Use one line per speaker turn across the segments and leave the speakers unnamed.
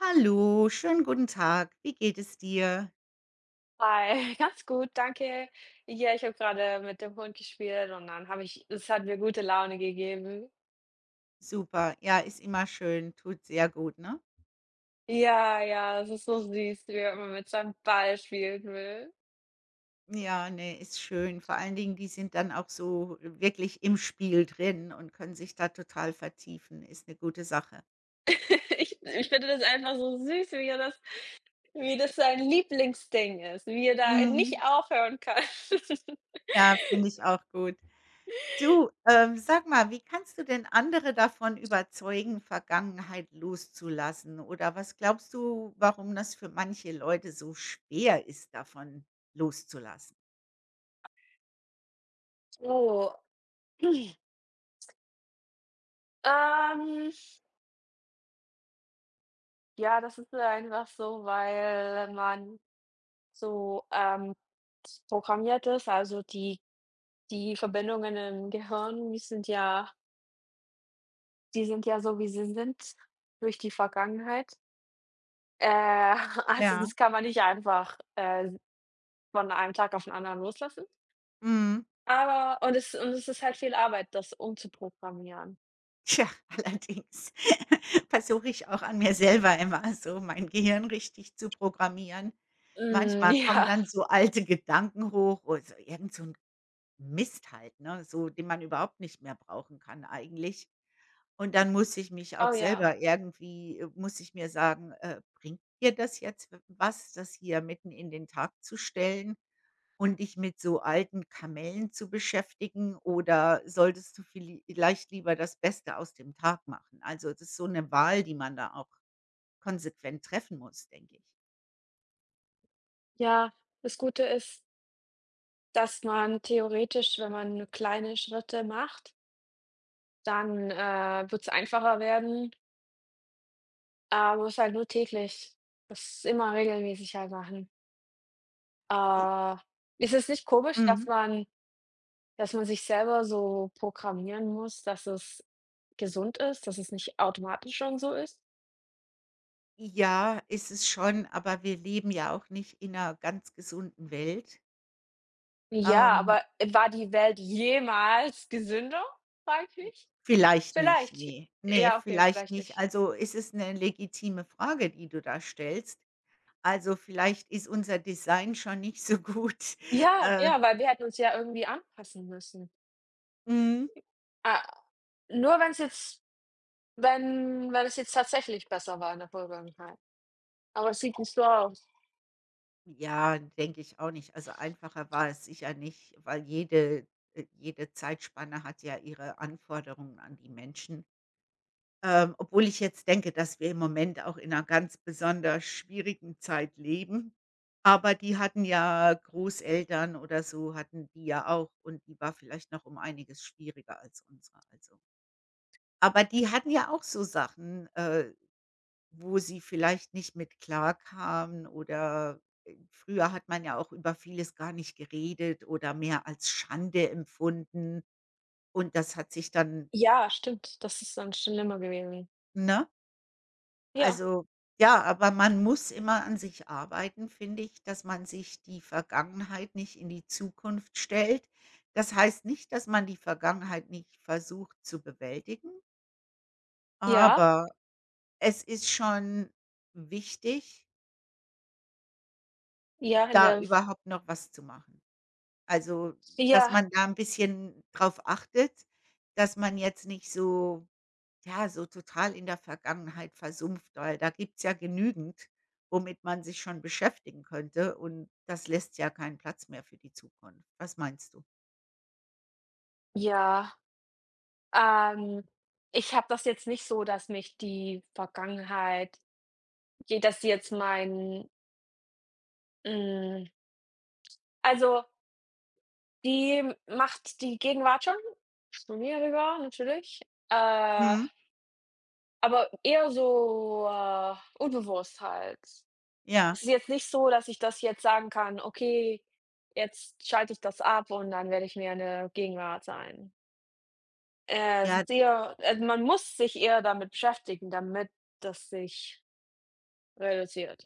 Hallo, schönen guten Tag. Wie geht es dir?
Hi, ganz gut, danke. Ja, ich habe gerade mit dem Hund gespielt und dann habe ich es hat mir gute Laune gegeben.
Super. Ja, ist immer schön, tut sehr gut, ne?
Ja, ja, es ist so süß, wie er immer mit seinem Ball spielen will.
Ja, ne, ist schön. Vor allen Dingen, die sind dann auch so wirklich im Spiel drin und können sich da total vertiefen. Ist eine gute Sache.
Ich finde das einfach so süß, wie er das wie das sein Lieblingsding ist, wie er da
Mhm.
nicht aufhören kann.
Ja, finde ich auch gut. Du, sag mal, wie kannst du denn andere davon überzeugen, Vergangenheit loszulassen? Oder was glaubst du, warum das für manche Leute so schwer ist, davon loszulassen?
Oh, ähm, ja, das ist einfach so, weil man so, programmiert ist. Also, die Verbindungen im Gehirn, die sind ja, die sind ja so, wie sie sind, durch die Vergangenheit. Äh, also,
Ja.
das kann man nicht einfach von einem Tag auf den anderen loslassen.
Mhm.
Aber und es ist halt viel Arbeit, das umzuprogrammieren.
Tja, allerdings versuche ich auch an mir selber immer so mein Gehirn richtig zu programmieren.
Hm,
Manchmal kommen
ja.
dann so alte Gedanken hoch oder so irgend so ein Mist halt, ne, so den man überhaupt nicht mehr brauchen kann eigentlich. Und dann muss ich mich auch
Oh ja.
selber irgendwie muss ich mir sagen: Bringt dir das jetzt w was, das hier mitten in den Tag zu stellen?“ Und dich mit so alten Kamellen zu beschäftigen oder solltest du vielleicht lieber das Beste aus dem Tag machen? Also, das ist so eine Wahl, die man da auch konsequent treffen muss, denke ich.
Ja, das Gute ist, dass man theoretisch, wenn man kleine Schritte macht, dann wird es einfacher werden, aber es ist halt nur täglich. Das immer regelmäßig halt machen.
I
Äh, ist es nicht komisch,
Mhm.
dass man sich selber so programmieren muss, dass es gesund ist, dass es nicht automatisch schon so ist?
Ja, ist es schon, aber wir leben ja auch nicht in einer ganz gesunden Welt.
Ja,
Ähm,
aber war die Welt jemals gesünder, frage ich mich?
vielleicht nicht,
Vielleicht.
nee, nee,
Ja, okay,
vielleicht
vielleicht
nicht.
nicht.
Also, ist es eine legitime Frage, die du da stellst. Also, vielleicht ist unser Design schon nicht so gut.
Ja,
Äh,
ja, weil wir hätten uns ja irgendwie anpassen müssen.
mhm.
Ah, nur wenn es jetzt tatsächlich besser war in der Vergangenheit. Aber es sieht nicht so aus.
Ja, denke ich auch nicht. Also, einfacher war es sicher nicht, weil jede jede Zeitspanne hat ja ihre Anforderungen an die Menschen. Obwohl ich jetzt denke, dass wir im Moment auch in einer ganz besonders schwierigen Zeit leben. Aber die hatten ja Großeltern oder so hatten die ja auch und die war vielleicht noch um einiges schwieriger als unsere, also. Aber die hatten ja auch so Sachen, wo sie vielleicht nicht mit klarkamen oder früher hat man ja auch über vieles gar nicht geredet oder mehr als Schande empfunden und das hat sich dann,
Ja, stimmt, das ist dann schlimmer gewesen.
ne?
Ja.
Also, ja, aber man muss immer an sich arbeiten, finde ich, dass man sich die Vergangenheit nicht in die Zukunft stellt. Das heißt nicht, dass man die Vergangenheit nicht versucht zu bewältigen,
Ja.
aber es ist schon wichtig,
Ja, in
da
der
überhaupt noch was zu machen. Also, dass
ja,
man da 'n bisschen drauf achtet, dass man jetzt nicht so ja, so total in der Vergangenheit versumpft, weil da gibt's ja genügend, womit man sich schon beschäftigen könnte und das lässt ja keinen Platz mehr für die Zukunft. Was meinst du?
ja. Ähm, ich habe das jetzt nicht so, dass mich die Vergangenheit je dass die jetzt mein hm, also, die macht die Gegenwart schon zu mir rüber natürlich, äh,
Mhm.
aber eher so, unbewusst halt.
Ja,
Es ist jetzt nicht so, dass ich das jetzt sagen kann: „Okay, jetzt schalte ich das ab und dann werde ich mir in der Gegenwart sein.“ es
ja,
ist
d
eher, man muss sich eher damit beschäftigen, damit das sich reduziert.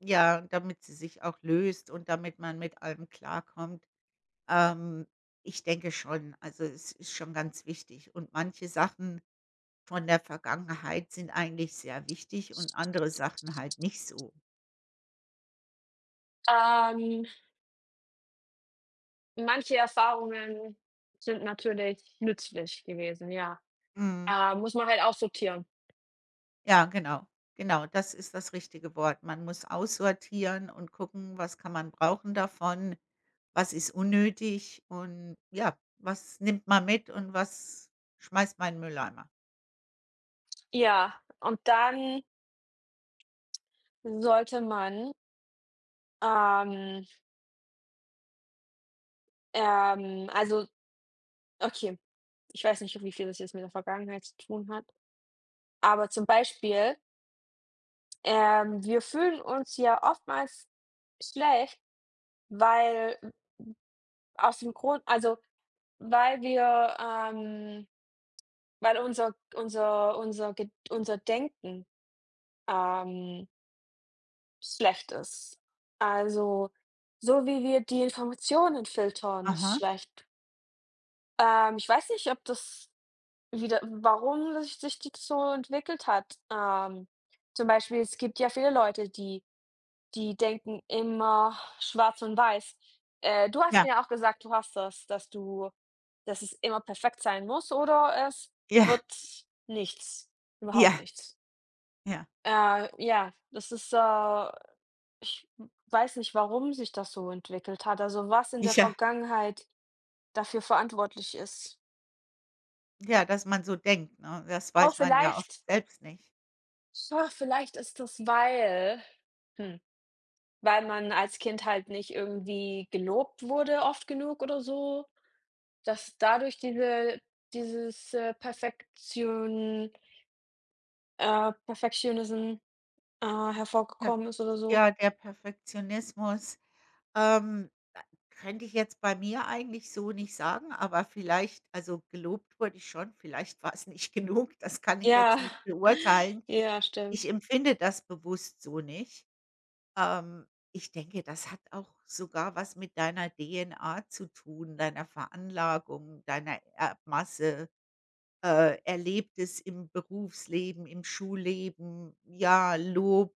ja, damit sie sich auch löst und damit man mit allem klarkommt. Ähm, ich denke schon, also, es ist schon ganz wichtig und manche Sachen von der Vergangenheit sind eigentlich sehr wichtig und andere Sachen halt nicht so.
Ähm, manche Erfahrungen sind natürlich nützlich gewesen, ja.
Mhm.
Muss man halt aussortieren.
Ja, genau. Genau, das ist das richtige Wort. Man muss aussortieren und gucken, was kann man brauchen davon, was ist unnötig und ja, was nimmt man mit und was schmeißt man in den Mülleimer.
Ja, und dann sollte man, ähm, ähm also, okay, ich weiß nicht, wie viel das jetzt mit der Vergangenheit zu tun hat, aber zum Beispiel, wir fühlen uns ja oftmals schlecht, weil aus dem Grund also, Weil unser unser unser Ged unser Denken, ähm, schlecht ist. Also, so wie wir die Informationen filtern, ist
Aha.
schlecht. Ich weiß nicht, ob das wieder warum sich das so entwickelt hat. Zum Beispiel, es gibt ja viele Leute, die Die denken immer schwarz und weiß. Du hast
Ja,
mir ja auch gesagt, dass du dass es immer perfekt sein muss oder es
ja,
wird nichts, überhaupt
ja,
nichts.
ja,
Ja, ich weiß nicht, warum sich das so entwickelt hat, also was in der
ja.
Vergangenheit dafür verantwortlich ist.
Ja, dass man so denkt, ne? Das
Oh,
weiß man ja oft
vielleicht
selbst nicht.
oh, vielleicht ist das, weil hm, weil man als Kind halt nicht irgendwie gelobt wurde oft genug oder so? Dass dadurch dieses Perfektionism, äh,
Hm,
hervorgekommen ist oder so.
ja, der Perfektionismus. Ähm, könnte ich jetzt bei mir eigentlich so nicht sagen, aber vielleicht also, gelobt wurde ich schon, vielleicht war es nicht genug, das kann ich jetzt
Ja,
nicht beurteilen.
ja,
Ich
stimmt.
empfinde das bewusst so nicht. Ähm, ich denke, das hat auch sogar was mit deiner DNA zu tun, deiner Veranlagung, deiner Erbmasse, Erlebtes im Berufsleben, im Schulleben, ja, Lob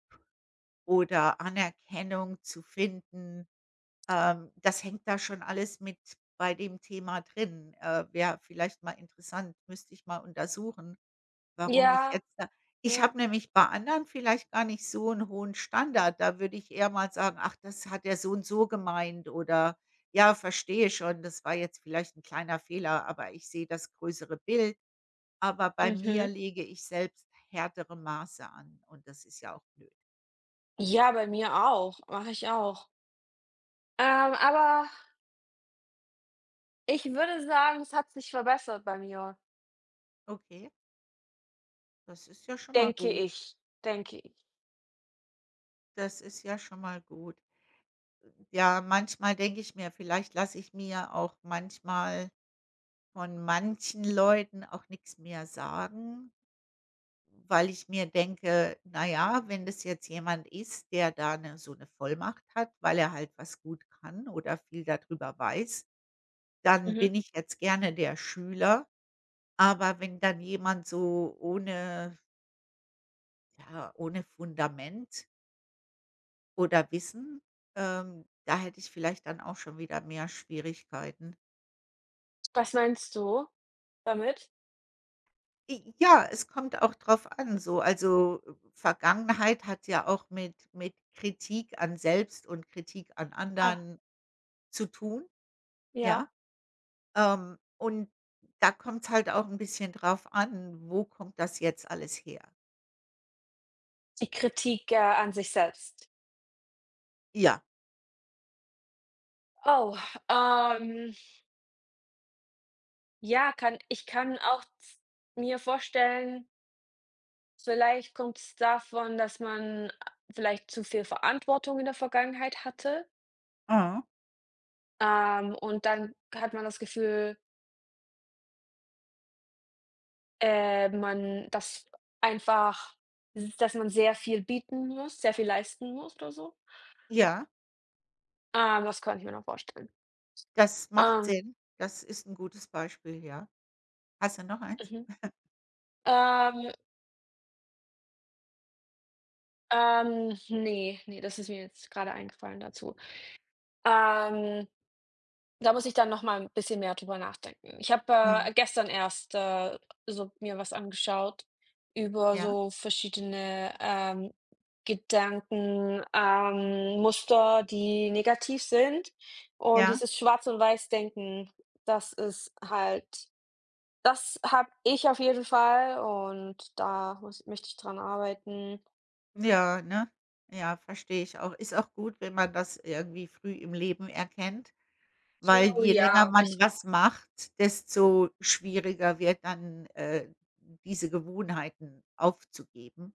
oder Anerkennung zu finden, das hängt da schon alles mit bei dem Thema drin. Wäre vielleicht mal interessant, müsste ich mal untersuchen, warum ich
Ja,
jetzt da ich
ja.
habe nämlich bei anderen vielleicht gar nicht so einen hohen Standard. Da würde ich eher mal sagen: „Ach, das hat der so und so gemeint“ oder „Ja, verstehe schon, das war jetzt vielleicht ein kleiner Fehler, aber ich sehe das größere Bild.“ Aber bei mir
Mhm.
lege ich selbst härtere Maße an und das ist ja auch blöd.
Ja, bei mir auch, mache ich auch. Aber ich würde sagen, es hat sich verbessert bei mir,
Okay, das ist ja schon mal
denke
gut.
ich, denke ich.
Das ist ja schon mal gut. Ja, manchmal denke ich mir, vielleicht lasse ich mir auch manchmal von manchen Leuten auch nichts mehr sagen, weil ich mir denke: „Na ja, wenn das jetzt jemand ist, der da 'ne so eine Vollmacht hat, weil er halt was gut kann oder viel darüber weiß, dann
Mhm.
bin ich jetzt gerne der Schüler.“ Aber wenn dann jemand so ohne ja, ohne Fundament oder Wissen, da hätte ich vielleicht dann auch schon wieder mehr Schwierigkeiten.
Was meinst du damit?
I ja, es kommt auch drauf an so. Also, Vergangenheit hat ja auch mit Kritik an selbst und Kritik an
Ah,
anderen zu tun,
ja,
ja? Und da kommt's halt auch ein bisschen drauf an, wo kommt das jetzt alles her?
die Kritik an sich selbst.
Ja.
Oh, ähm ja, kann ich kann auch z mir vorstellen, vielleicht kommt es davon, dass man vielleicht zu viel Verantwortung in der Vergangenheit hatte,
Mhm.
und dann hat man das Gefühl, man dass einfach s dass man sehr viel bieten muss, sehr viel leisten muss oder so.
Ja,
Das kann ich mir noch vorstellen.
das macht
Ähm,
Sinn. Das ist ein gutes Beispiel, ja. Hast du noch eins?
mhm. Ähm, ne, nee, das ist mir jetzt gerade eingefallen dazu. Ähm Da muss ich dann noch mal ein bisschen mehr drüber nachdenken. Ich habe,
Mhm.
äh, gestern erst so mir was angeschaut über
Ja,
so verschiedene, Gedanken Muster, die negativ sind. Und
ja,
dieses Schwarz und Weiß Denken, das ist halt das habe ich auf jeden Fall und da muss möchte ich dran arbeiten.
ja, ne? Ja, verstehe ich auch. Ist auch gut, wenn man das irgendwie früh im Leben erkennt. Weil
Oh
je länger
ja,
man
ich
was macht, desto schwieriger wird dann, diese Gewohnheiten aufzugeben.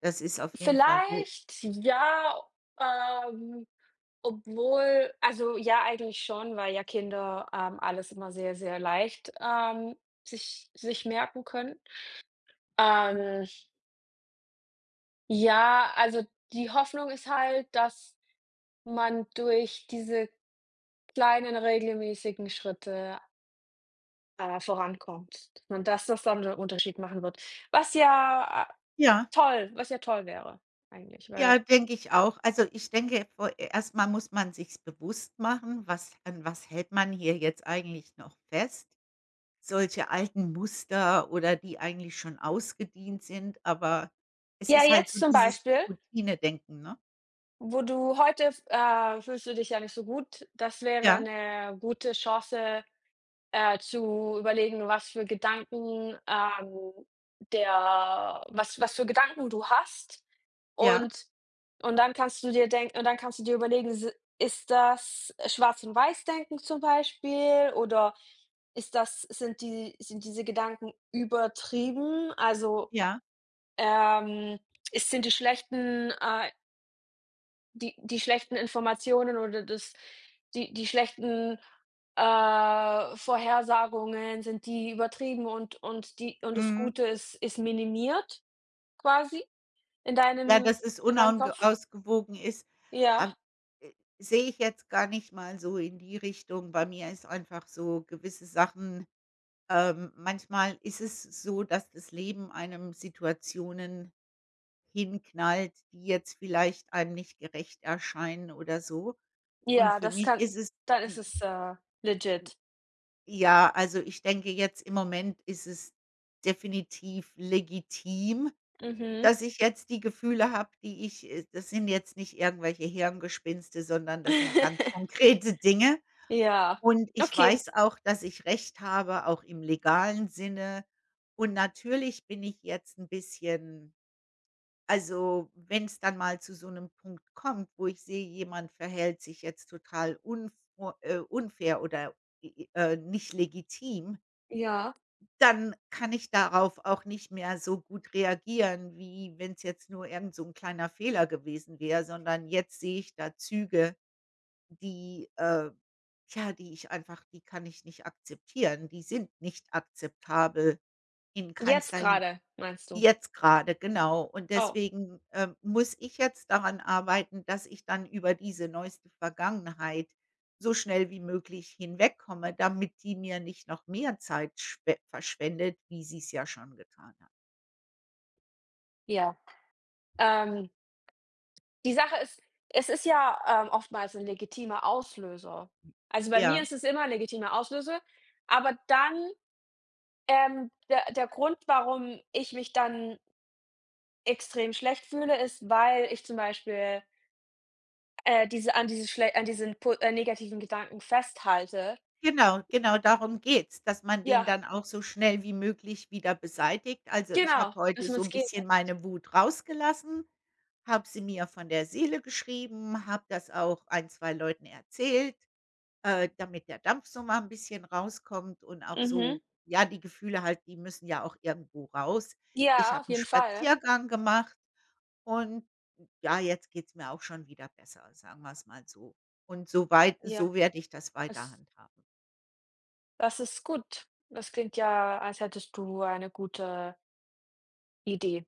Das ist auf jeden Fall gut.
vielleicht ja, ähm Obwohl ja, eigentlich schon, weil ja Kinder, alles immer sehr, sehr leicht, sich merken können. Ähm, ja, also die Hoffnung ist halt, dass man durch diese kleinen regelmäßigen Schritte vorankommt und dass das dann 'nen Unterschied machen wird. Was ja,
Ja,
toll was ja toll wäre eigentlich, weil
ja, denke ich auch. Also, ich denke, vor erst muss man sich's bewusst machen, was an was hält man hier jetzt eigentlich noch fest? Solche alten Muster oder die eigentlich schon ausgedient sind, aber es
ja,
ist halt
jetzt
so
zum
dieses
Beispiel:
Routinedenken, ne?
wo du heute fühlst du dich ja nicht so gut. Das wäre
Ja,
eine gute Chance, zu überlegen, was für Gedanken, der was was für Gedanken du hast.
ja,
Und und dann kannst du dir überlegen, s ist das Schwarz und Weiß-Denken zum Beispiel, oder ist das sind die sind diese Gedanken übertrieben? Also,
ja.
ähm, ist sind die schlechten Informationen oder das die die schlechten, Vorhersagungen, sind die übertrieben und das
Mhm.
Gute ist minimiert quasi in
Ja, dass es
deinem Kopf?
unausgewogen ist,
Ja,
ab äh, sehe ich jetzt gar nicht mal so in die Richtung. Bei mir ist einfach so gewisse Sachen, manchmal ist es so, dass das Leben einem Situationen hinknallt, die jetzt vielleicht einem nicht gerecht erscheinen oder so. Und
ja,
für
das
mich
kann
ist es
dann ist
j
es, legit.
ja, also, ich denke jetzt im Moment ist es definitiv legitim,
Mhm.
dass ich jetzt die Gefühle habe, die ich das sind jetzt nicht irgendwelche Hirngespinste, sondern das sind ganz konkrete Dinge.
Ja,
Und ich
okay.
weiß auch, dass ich recht habe, auch im legalen Sinne. Und natürlich bin ich jetzt ein bisschen also, wenn es dann mal zu so einem Punkt kommt, wo ich sehe, jemand verhält sich jetzt total unvor unfair oder, nicht legitim,
Ja.
dann kann ich darauf auch nicht mehr so gut reagieren, wie wenn es jetzt nur irgend so 'n kleiner Fehler gewesen wäre, sondern jetzt sehe ich da Züge, die, ja, die ich einfach die kann ich nicht akzeptieren. Die sind nicht akzeptabel in
Jetzt
keinster Hin—
gerade meinst du?
Jetzt gerade genau. Und
Oh,
deswegen, muss ich jetzt daran arbeiten, dass ich dann über diese neueste Vergangenheit so schnell wie möglich hinwegkomme, damit die mir nicht noch mehr Zeit schwe verschwendet, wie sie es ja schon getan hat.
ja. Ähm Die Sache ist, es ist ja, oftmals 'n legitimer Auslöser. Also, bei mir
Ja,
ist es immer 'n legitimer Auslöser, aber dann, der der Grund, warum ich mich dann extrem schlecht fühle, ist, weil ich zum Beispiel, diese an diese schle an diesen po negativen Gedanken festhalte.
genau, genau darum geht's, dass man den
Ja,
dann auch so schnell wie möglich wieder beseitigt. Also, ich habe
genau, dass
heute so
man's
ein
geht.
bisschen meine Wut rausgelassen, habe sie mir von der Seele geschrieben, habe das auch ein 2 Leuten erzählt. Damit der Dampf so mal ein bisschen rauskommt und auch
Mhm.
so ja, die Gefühle halt, die müssen ja auch irgendwo raus. Ich
Ja,
habe
auf
'n
jeden Fall.
Spaziergang gemacht und ja, jetzt geht's mir auch schon wieder besser, sagen wir's mal so. Und so weit
Ja,
so werde ich das weiter
das
handhaben.
das ist gut. Das klingt ja, als hättest du eine gute Idee.